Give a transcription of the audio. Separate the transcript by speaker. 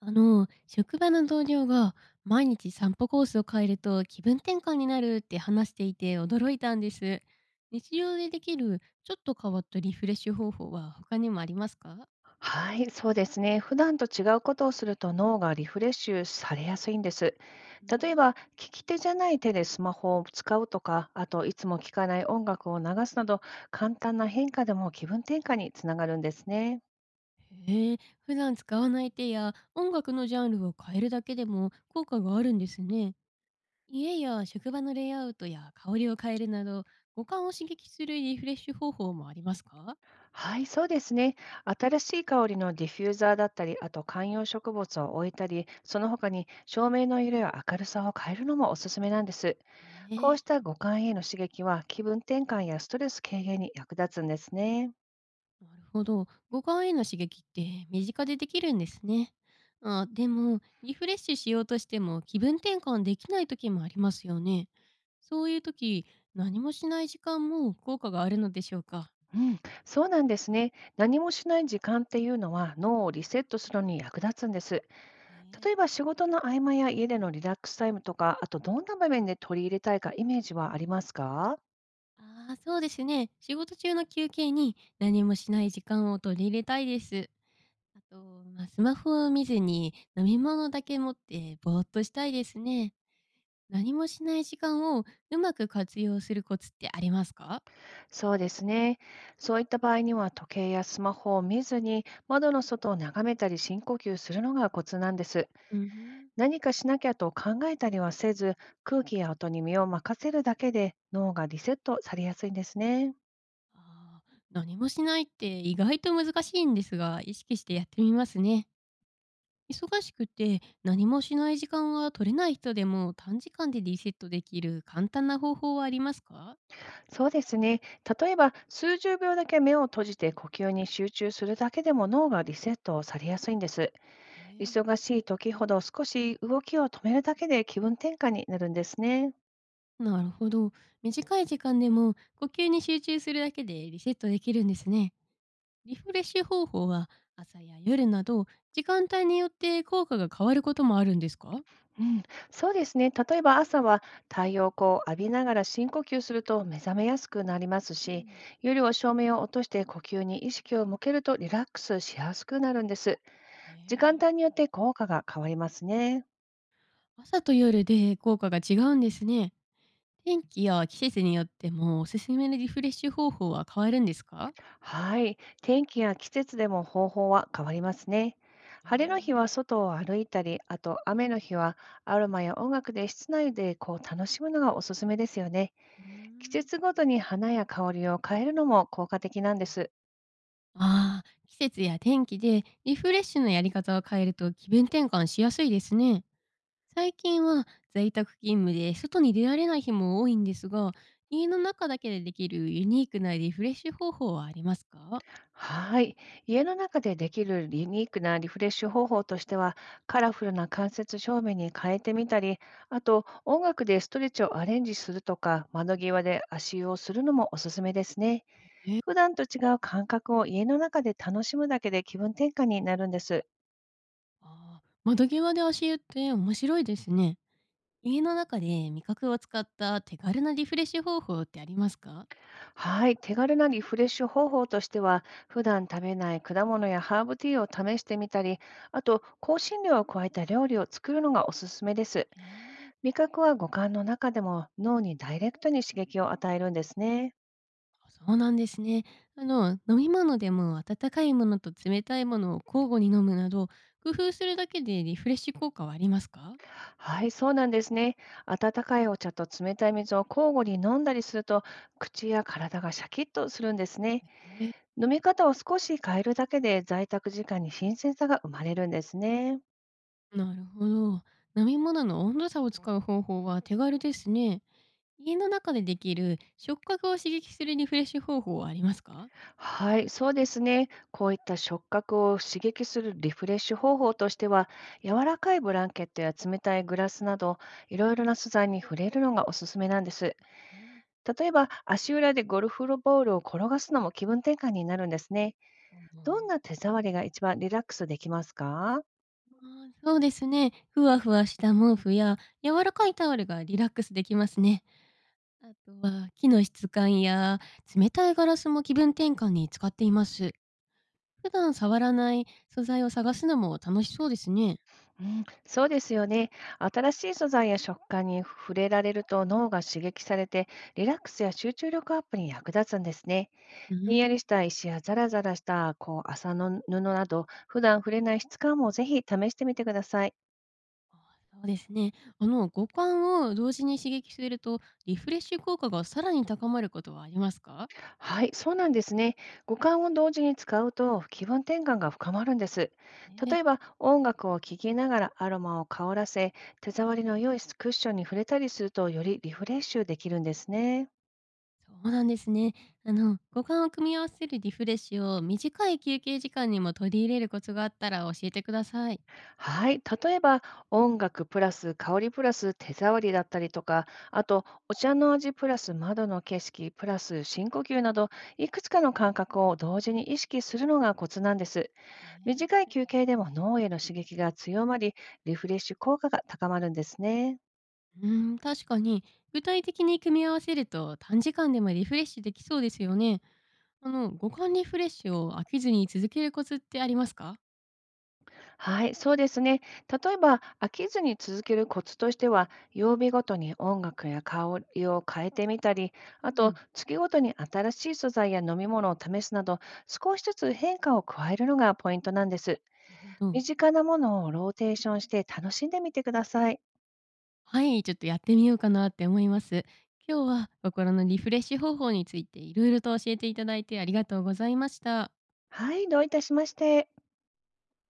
Speaker 1: 職場の同僚が毎日散歩コースを変えると気分転換になるって話していて驚いたんです。日常でできるちょっと変わったリフレッシュ方法は他にもありますか？
Speaker 2: はい、そうですね。普段と違うことをすると脳がリフレッシュされやすいんです。例えば、利き手じゃない手でスマホを使うとか、あといつも聴かない音楽を流すなど、簡単な変化でも気分転換につながるんですね。
Speaker 1: へえ、普段使わない手や音楽のジャンルを変えるだけでも効果があるんですね。家や職場のレイアウトや香りを変えるなど五感を刺激するリフレッシュ方法もありますか？
Speaker 2: はい、そうですね。新しい香りのディフューザーだったり、あと観葉植物を置いたり、その他に照明の色や明るさを変えるのもおすすめなんです。
Speaker 1: へ
Speaker 2: こう
Speaker 1: え。
Speaker 2: した五感への刺激は気分転換やストレス軽減に役立つんですね。
Speaker 1: なるほど。五感への刺激って身近でできるんですね。あ、でも、リフレッシュしようとしても気分転換できない時もありますよね。そういう時、何もしない時間も効果があるのでしょうか？
Speaker 2: うん、そうなんですね。何もしない時間っていうのは脳をリセットするのに役立つんです。
Speaker 1: えー。
Speaker 2: 例えば仕事の合間や家でのリラックスタイムとか、あとどんな場面で取り入れたいかイメージはありますか？
Speaker 1: ああ、そうですね。仕事中の休憩に何もしない時間を取り入れたいです。あと、スマホを見ずに飲み物だけ持ってぼーっとしたいですね。何もしない時間をうまく活用するコツってありますか？
Speaker 2: そうですね。そういった場合には時計やスマホを見ずに窓の外を眺めたり深呼吸するのがコツなんです。
Speaker 1: うんうん。
Speaker 2: 何かしなきゃと考えたりはせず、空気や音に身を任せるだけで脳がリセットされやすいんですね。
Speaker 1: ああ、何もしないって意外と難しいんですが、意識してやってみますね。忙しくて何もしない時間が取れない人でも短時間でリセットできる簡単な方法はありますか？
Speaker 2: そうですね。例えば、数十秒だけ目を閉じて呼吸に集中するだけでも脳がリセットされやすいんです。
Speaker 1: えー。
Speaker 2: 忙しい時ほど少し動きを止めるだけで気分転換になるんですね。
Speaker 1: なるほど。短い時間でも呼吸に集中するだけでリセットできるんですね。リフレッシュ方法は朝や夜など時間帯によって効果が変わることもあるんですか？
Speaker 2: うん、そうですね。例えば朝は太陽光を浴びながら深呼吸すると目覚めやすくなります
Speaker 1: う
Speaker 2: し、
Speaker 1: ん。
Speaker 2: 夜は照明を落として呼吸に意識を向けるとリラックスしやすくなるんです。
Speaker 1: え
Speaker 2: 時間
Speaker 1: ー。
Speaker 2: 帯によって効果が変わりますね。
Speaker 1: 朝と夜で効果が違うんですね。天気や季節によってもおすすめのリフレッシュ方法は変わるんですか？
Speaker 2: はい。天気や季節でも方法は変わりますね。
Speaker 1: え
Speaker 2: 晴れの
Speaker 1: ー。
Speaker 2: 日は外を歩いたり、あと雨の日はアロマや音楽で室内でこう楽しむのがおすすめですよね。
Speaker 1: うー
Speaker 2: 季
Speaker 1: ん。
Speaker 2: 節ごとに花や香りを変えるのも効果的なんです。
Speaker 1: ああー、季節や天気でリフレッシュのやり方を変えると気分転換しやすいですね。最近は在宅勤務で外に出られない日も多いんですが、家の中だけでできるユニークなリフレッシュ方法はありますか？
Speaker 2: はい。家の中でできるユニークなリフレッシュ方法としては、カラフルな間接照明に変えてみたり、あと音楽でストレッチをアレンジするとか、窓際で足湯をするのもおすすめですね。普段と違う感覚を家の中で楽しむだけで気分転換になるんです。
Speaker 1: ああー、窓際で足湯って面白いですね。家の中で味覚を使った手軽なリフレッシュ方法ってありますか？
Speaker 2: はい、手軽なリフレッシュ方法としては、普段食べない果物やハーブティーを試してみたり、あと香辛料を加えた料理を作るのがおすすめです。
Speaker 1: へえ。
Speaker 2: 味覚は五感の中でも脳にダイレクトに刺激を与えるんですね。
Speaker 1: あ、そうなんですね。飲み物でも温かいものと冷たいものを交互に飲むなど、工夫するだけでリフレッシュ効果はありますか？
Speaker 2: はい、そうなんですね。温かいお茶と冷たい水を交互に飲んだりすると、口や体がシャキッとするんですね。
Speaker 1: ね。
Speaker 2: 飲み方を少し変えるだけで在宅時間に新鮮さが生まれるんですね。
Speaker 1: なるほど。飲み物の温度差を使う方法は手軽ですね。家の中でできる触覚を刺激するリフレッシュ方法はありますか？
Speaker 2: はい、そうですね。こういった触覚を刺激するリフレッシュ方法としては、柔らかいブランケットや冷たいグラスなど、いろいろな素材に触れるのがおすすめなんです。
Speaker 1: ね。
Speaker 2: 例えば、足裏でゴルフボールを転がすのも気分転換になるんですね。
Speaker 1: う
Speaker 2: どん
Speaker 1: ん。
Speaker 2: な手触りが一番リラックスできますか？
Speaker 1: そうですね。ふわふわした毛布や柔らかいタオルがリラックスできますね。あとは木の質感や冷たいガラスも気分転換に使っています。普段触らない素材を探すのも楽しそうですね。
Speaker 2: うん、そうですよね。新しい素材や食感に触れられると脳が刺激されて、リラックスや集中力アップに役立つんですね。
Speaker 1: うー
Speaker 2: ひんやり
Speaker 1: ん。
Speaker 2: した石やザラザラしたこう麻の布など、普段触れない質感もぜひ試してみてください。
Speaker 1: あ。そうですね。五感を同時に刺激するとリフレッシュ効果がさらに高まることはありますか？
Speaker 2: はい、そうなんですね。五感を同時に使うと気分転換が深まるんです。
Speaker 1: ね。
Speaker 2: 例えば、音楽を聴きながらアロマを香らせ、手触りの良いクッションに触れたりすると、よりリフレッシュできるんですね。
Speaker 1: そうなんですね。五感を組み合わせるリフレッシュを短い休憩時間にも取り入れるコツがあったら教えてください。
Speaker 2: はい。例えば、音楽プラス香りプラス手触りだったりとか、あと、お茶の味プラス窓の景色プラス深呼吸など、いくつかの感覚を同時に意識するのがコツなんです。
Speaker 1: え
Speaker 2: 短
Speaker 1: え。
Speaker 2: い休憩でも脳への刺激が強まり、リフレッシュ効果が高まるんですね。
Speaker 1: うーん、確かに、具体的に組み合わせると短時間でもリフレッシュできそうですよね。五感リフレッシュを飽きずに続けるコツってありますか？
Speaker 2: はい、そうですね。例えば、飽きずに続けるコツとしては、曜日ごとに音楽や香りを変えてみたり、
Speaker 1: う
Speaker 2: あ
Speaker 1: ん、な
Speaker 2: と、月ごとに新しい素材や飲み物を試すなど、少しずつ変化を加えるのがポイントなんです。
Speaker 1: るほど。
Speaker 2: 身近なものをローテーションして楽しんでみてください。
Speaker 1: はい、ちょっとやってみようかなって思います。今日は心のリフレッシュ方法についていろいろと教えていただいてありがとうございました。
Speaker 2: はい、どういたしまして。